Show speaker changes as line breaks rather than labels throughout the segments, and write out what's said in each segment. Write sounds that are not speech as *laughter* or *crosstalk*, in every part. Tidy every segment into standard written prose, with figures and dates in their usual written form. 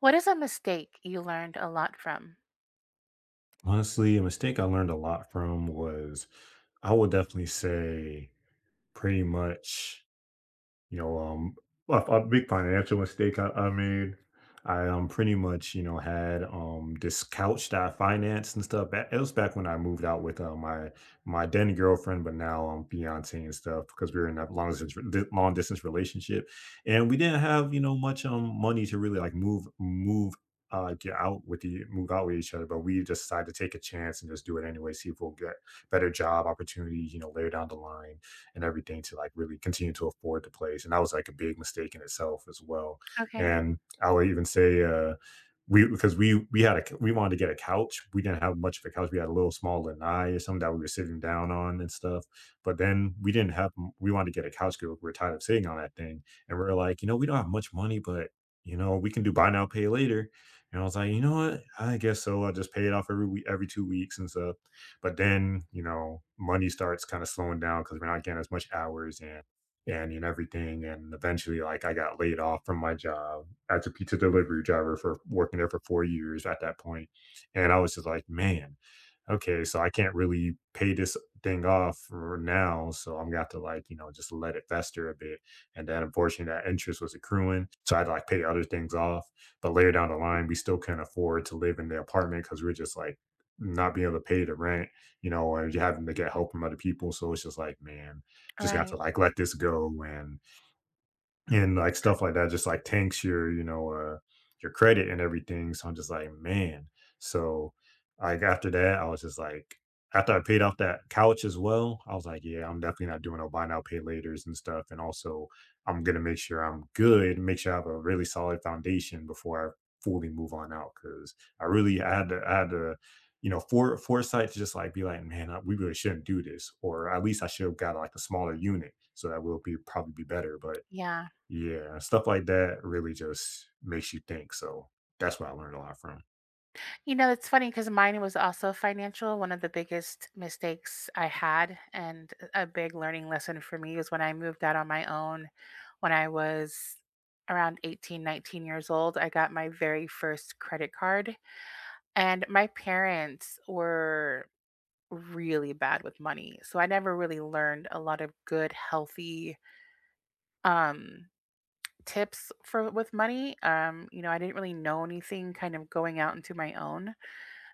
What is a mistake you learned a lot from?
Honestly, a mistake I learned a lot from was I would definitely say pretty much you know, a big financial mistake I made. I pretty much had this couch that I financed and stuff. It was back when I moved out with my then girlfriend, but now fiance and stuff because we were in a long distance relationship, and we didn't have much money to really like move out with each other. But we just decided to take a chance and just do it anyway, see if we'll get better job opportunities, you know, later down the line and everything to like really continue to afford the place. And that was like a big mistake in itself as well.
Okay.
And I would even say, we because we had a we wanted to get a couch. We didn't have much of a couch. We had a little small lanai or something that we were sitting down on and stuff. But then we didn't have we wanted to get a couch because we were tired of sitting on that thing. And we are like, you know, we don't have much money, but you know, we can do buy now, pay later. And I was like, you know what? I guess so. I'll just pay it off every week, every 2 weeks and stuff. But then, you know, money starts kind of slowing down because we're not getting as much hours and everything. And eventually, like I got laid off from my job as a pizza delivery driver for working there for 4 years at that point. And I was just like, man, okay, so I can't really pay this thing off for now. So I'm gonna have to like, you know, just let it fester a bit. And then unfortunately that interest was accruing. So I had to like pay other things off. But later down the line, we still can't afford to live in the apartment because we're just like not being able to pay the rent, or you're having to get help from other people. So it's just like, man, just got
Right.
to like let this go and like stuff like that just like tanks your your credit and everything, so I'm just like, man so like after that I was just like after I paid off that couch as well I was like, yeah, I'm definitely not doing no buy now pay laters and stuff, and also I'm gonna make sure I'm good, make sure I have a really solid foundation before I fully move on out because I had to foresight to just like be like, we really shouldn't do this, or at least I should have got like a smaller unit, so that will be probably be better, but
Yeah.
yeah, stuff like that really just makes you think, so that's what I learned a lot from.
You know, it's funny because mine was also financial. One of the biggest mistakes I had, and a big learning lesson for me, was when I moved out on my own when I was around 18, 19 years old. I got my very first credit card, and my parents were really bad with money. So I never really learned a lot of good, healthy, um, tips for with money you know, I didn't really know anything kind of going out into my own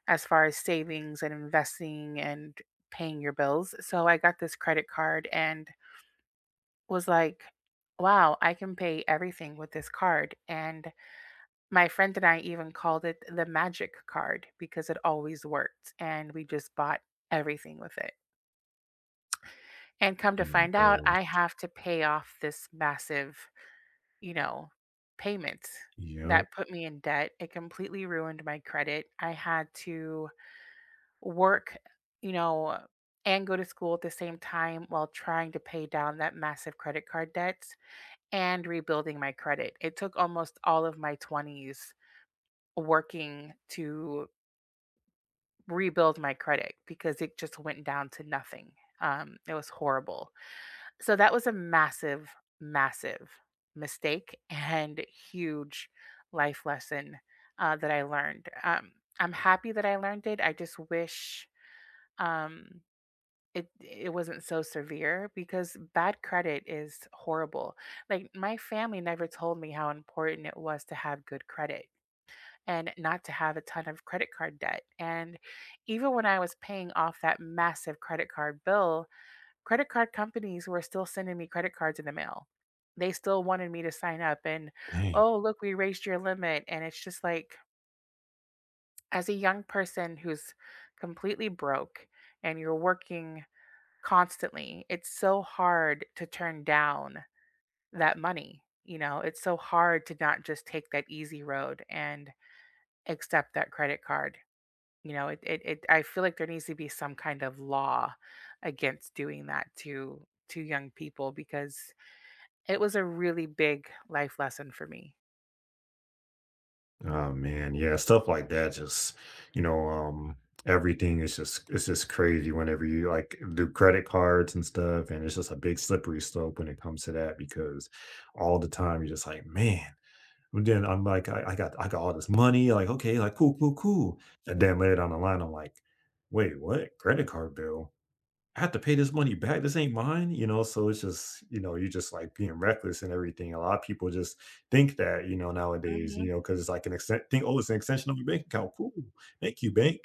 as far as savings and investing and paying your bills. So I got this credit card and was like, wow, I can pay everything with this card. And my friend and I even called it the magic card because it always worked, and we just bought everything with it. And come to
Oh my
find out
gosh.
I have to pay off this massive, you know, payments
Yep,
that put me in debt. It completely ruined my credit. I had to work, you know, and go to school at the same time while trying to pay down that massive credit card debts and rebuilding my credit. It took almost all of my 20s working to rebuild my credit because it just went down to nothing. It was horrible. So that was a massive, massive mistake *laughs* and huge life lesson that I learned. I'm happy that I learned it. I just wish, um, it wasn't so severe because bad credit is horrible. Like, my family never told me how important it was to have good credit and not to have a ton of credit card debt. And even when I was paying off that massive credit card bill, credit card companies were still sending me credit cards in the mail. They still wanted me to sign up and,
dang.
"Oh, look, we raised your limit." And it's just like, as a young person who's completely broke and you're working constantly, it's so hard to turn down that money. You know, it's so hard to not just take that easy road and accept that credit card. It I feel like there needs to be some kind of law against doing that to young people because it was a really big life lesson for me.
Oh, man, yeah, stuff like that just you know, um, everything is just it's just crazy whenever you, like, do credit cards and stuff, and it's just a big slippery slope when it comes to that because all the time you're just like, "Man," but then I'm like, I got all this money," like, "Okay," like, "Cool, cool, cool," and then later down the line, I'm like, "Wait, what? Credit card bill? I have to pay this money back. This ain't mine, you know. So it's just, you know, you're just like being reckless and everything. A lot of people just think that, you know, nowadays, you
Mhm.
know, because it's like an extent think, oh, it's an extension of your bank account. Cool. Thank you, bank.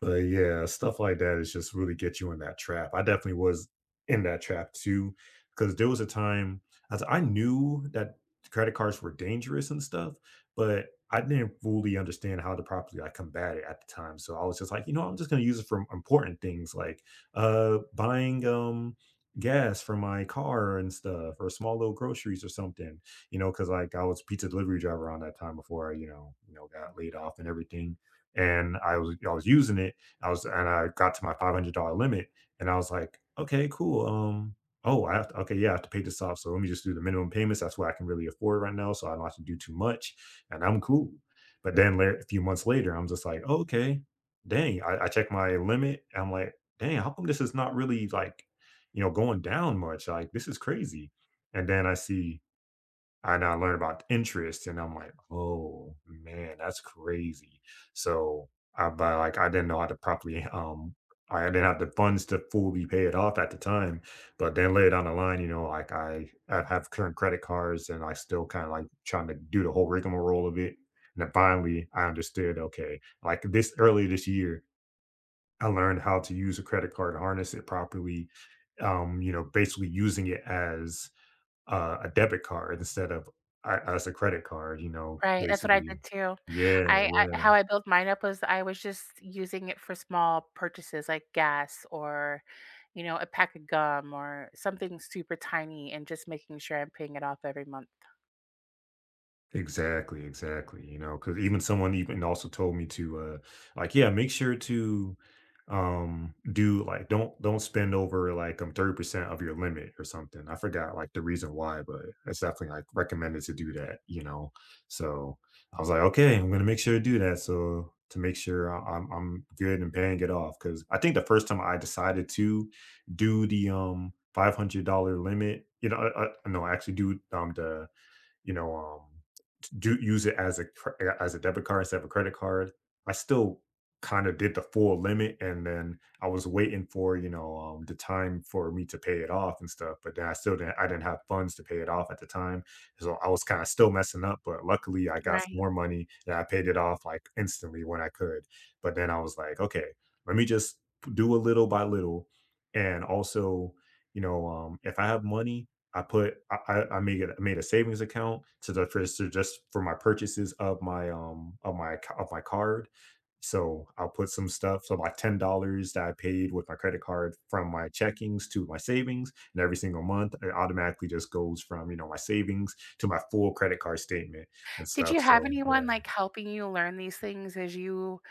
But yeah, stuff like that is just really get you in that trap. I definitely was in that trap too, because there was a time as I knew that credit cards were dangerous and stuff, but I didn't fully understand how to properly like combat it at the time. So I was just like, you know, I'm just gonna use it for important things like buying gas for my car and stuff or small little groceries or something, you know, because like I was pizza delivery driver on that time before I, got laid off and everything and I was using it. I was and I got to my $500 limit, and I was like, okay, cool. Oh, I have to, okay, yeah, I have to pay this off. So let me just do the minimum payments. That's what I can really afford right now. So I don't have to do too much, and I'm cool. But then a few months later, I'm just like, oh, okay, dang. I check my limit. And I'm like, dang, how come this is not really like, you know, going down much? Like this is crazy. And then I see and I learn about interest, and I'm like, "Oh, man, that's crazy." So, like, I didn't know how to properly, I didn't have the funds to fully pay it off at the time, but then later down the line, you know, like, I have current credit cards, and I still kinda, like, trying to do the whole rigmarole of it, and then finally, I understood, okay, like, this early this year, I learned how to use a credit card, harness it properly, you know, basically using it as a debit card instead of u us a credit card, you know,
Right, that's what I
basically.
did too.
Yeah,
I
yeah.
how I built mine up was I was just using it for small purchases like gas or, you know, a pack of gum or something super tiny, and just making sure I'm paying it off every month.
Exactly, exactly. You know, because even someone even also told me to like, yeah, make sure to do like don't spend over like 30% of your limit or something. I forgot like the reason why, but it's definitely like recommended to do that, you know. So I was like, okay, I'm gonna make sure to do that. So to make sure I'm good and paying it off. Cause I think the first time I decided to do the $500 limit, you know, no, actually do the you know um do use it as a as a debit card instead of a credit card. I still kind of did the full limit, and then I was waiting for the time for me to pay it off and stuff. But then I didn't have funds to pay it off at the time, so I was kind of still messing up. But luckily, I got some
Right.
more money and I paid it off like instantly when I could. But then I was like, okay, let me just do a little by little, and also if I have money. I put I made a savings account to the for so just for my purchases of my ca of my card. So, I'll put some stuff so like $10 that I paid with my credit card from my checkings to my savings, and every single month, it automatically just goes from, you know, my savings to my full credit card statement and
Did
stuff,
you have
so,
anyone
yeah.
like helping you learn these things as you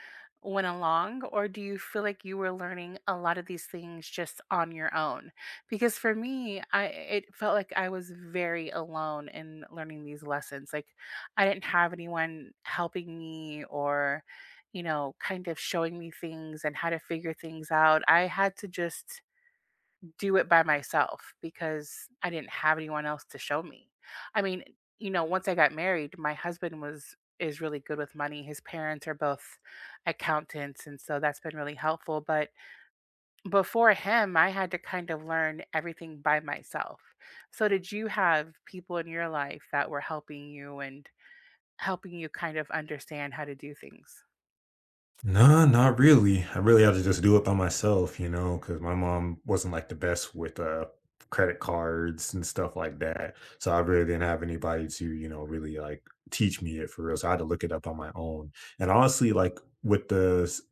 went along, or do you feel like you were learning a lot of these things just on your own? Because for me, I it felt like I was very alone in learning these lessons. Like, I didn't have anyone helping me or, you know, kind of showing me things and how to figure things out. I had to just do it by myself because I didn't have anyone else to show me. I mean, you know, once I got married, my husband was is really good with money. His parents are both accountants, and so that's been really helpful, but before him, I had to kind of learn everything by myself. So did you have people in your life that were helping you and helping you kind of understand how to do things?
No, not really. I really had to just do it by myself, you know, because my mom wasn't like the best with credit cards and stuff like that. So I really didn't have anybody to, you know, really like teach me it for real. So I had to look it up on my own. And honestly, like with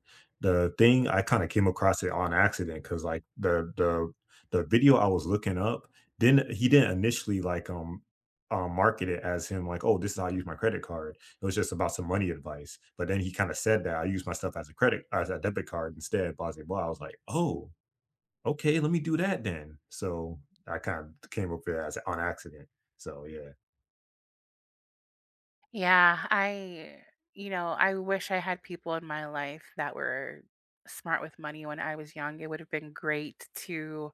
the thing, I kind of came across it on accident because like the video I was looking up didn't he didn't initially like market it as him like, oh, this is how I use my credit card. It was just about some money advice. But then he kind of said that I use my stuff as a as a debit card instead, blah, blah, blah. I was like, oh, okay, let me do that then. So I kind of came up with it as on accident. So yeah,
Yeah, I, you know, I wish I had people in my life that were smart with money when I was young. It would have been great to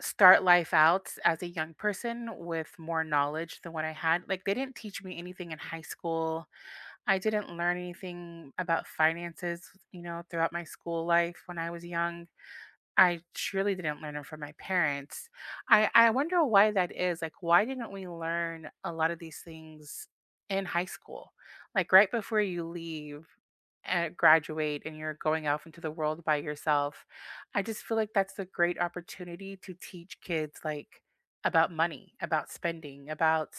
start life out as a young person with more knowledge than what I had. Like, they didn't teach me anything in high school. I didn't learn anything about finances, you know, throughout my school life when I was young. I truly didn't learn it from my parents. I wonder why that is. Like, why didn't we learn a lot of these things in high school? Like, right before you leave and graduate and you're going off into the world by yourself, I just feel like that's a great opportunity to teach kids, like, about money, about spending, about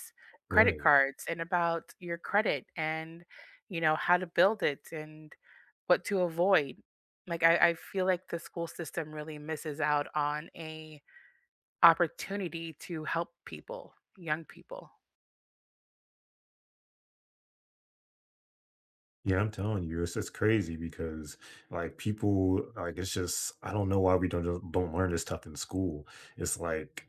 credit
right.
cards, and about your credit, and, you know, how to build it and what to avoid. I feel like the school system really misses out on a opportunity to help people, young people.
Yeah, I'm telling you, it's just crazy because like people, like it's just I don't know why we don't learn this stuff in school. It's like.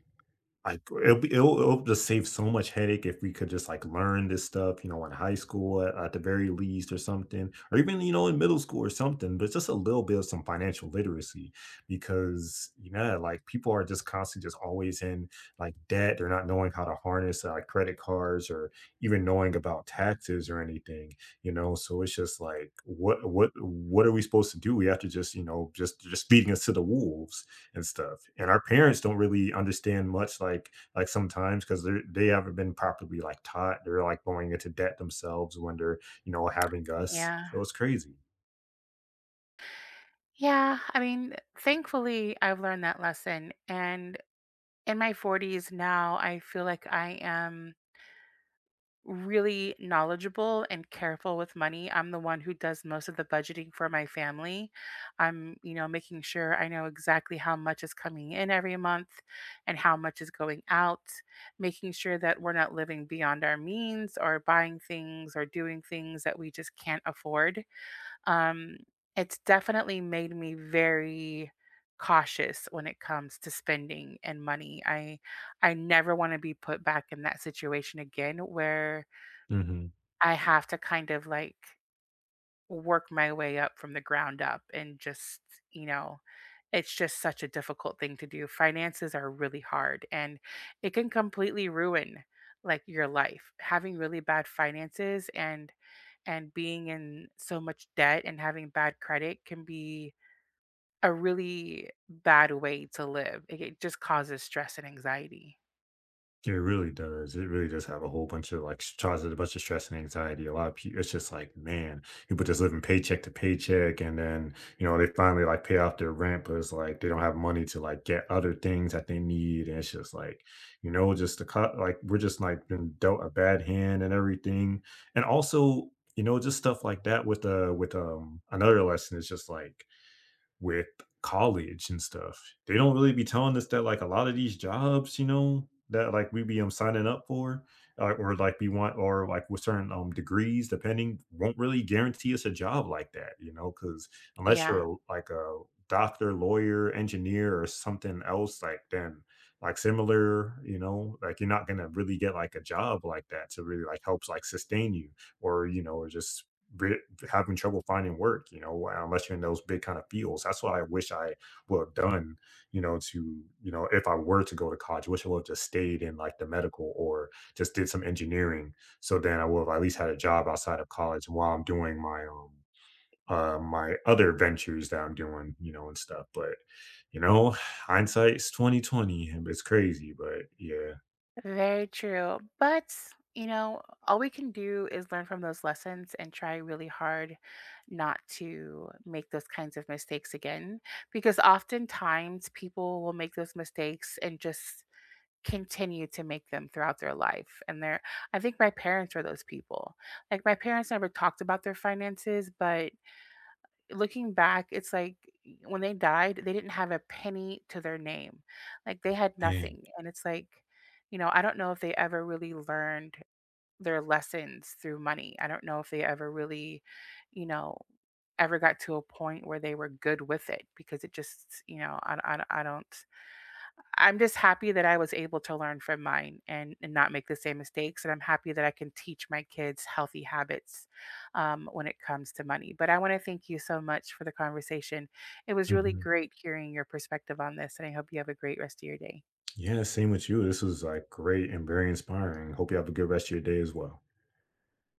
Like, it'll be it'll just save so much headache if we could just, like, learn this stuff, you know, in high school at the very least or something, or even, you know, in middle school or something, but just a little bit of some financial literacy because, you know, like, people are just constantly just always in, like, debt. They're not knowing how to harness, credit cards or even knowing about taxes or anything, you know? So it's just like, what are we supposed to do? We have to just, you know, just beating us to the wolves and stuff. And our parents don't really understand much, like sometimes because they haven't been properly like taught. They're like going into debt themselves when they're you know having us.
Yeah.
So it's crazy.
Yeah. I mean, thankfully I've learned that lesson. And in my forties now, I feel like I am really knowledgeable and careful with money. I'm the one who does most of the budgeting for my family. I'm, you know, making sure I know exactly how much is coming in every month and how much is going out, making sure that we're not living beyond our means or buying things or doing things that we just can't afford. Um, it's definitely made me very cautious when it comes to spending and money. I never want to be put back in that situation again where I have to kind of like work my way up from the ground up, and just, you know, it's just such a difficult thing to do. Finances are really hard, and it can completely ruin like your life. Having really bad finances and being in so much debt and having bad credit can be a really bad way to live. It just causes stress and anxiety.
It really does. It really does have a whole bunch of like causes a bunch of stress and anxiety. A lot of people, it's just like, man, people just living paycheck to paycheck, and then you know they finally like pay off their rent, but it's like they don't have money to like get other things that they need, and it's just like, you know, just the cut. Like we're just like been dealt a bad hand and everything, and also you know just stuff like that with another lesson is just like with college and stuff. They don't really be telling us that like a lot of these jobs, you know, that like we be signing up for, or like we want, or like with certain degrees, depending, won't really guarantee us a job like that, you know, because unless
Yeah.
you're like a doctor, lawyer, engineer, or something else, like then like similar, you know, like you're not gonna really get like a job like that to really like helps like sustain you, or you know, or just having trouble finding work, you know, unless you're in those big kind of fields. That's what I wish I would have done, you know, to, you know, if I were to go to college, I wish I would have just stayed in like the medical or just did some engineering. So then I would have at least had a job outside of college while I'm doing my my other ventures that I'm doing, you know, and stuff. But you know, hindsight's 2020. It's crazy, but yeah.
Very true. But, you know, all we can do is learn from those lessons and try really hard not to make those kinds of mistakes again. Because oftentimes people will make those mistakes and just continue to make them throughout their life. I think my parents were those people. Like, my parents never talked about their finances, but looking back, it's like when they died, they didn't have a penny to their name. Like, they had
Hey.
nothing. And it's like, you know, I don't know if they ever really learned their lessons through money. I don't know if they ever really, you know, ever got to a point where they were good with it because it just, you know, I don't. I'm just happy that I was able to learn from mine, and not make the same mistakes. And I'm happy that I can teach my kids healthy habits, when it comes to money. But I want to thank you so much for the conversation. It was really
Hmm.
great hearing your perspective on this. And I hope you have a great rest of your day.
Yeah, same with you. This was like great and very inspiring. Hope you have a good rest of your day as well.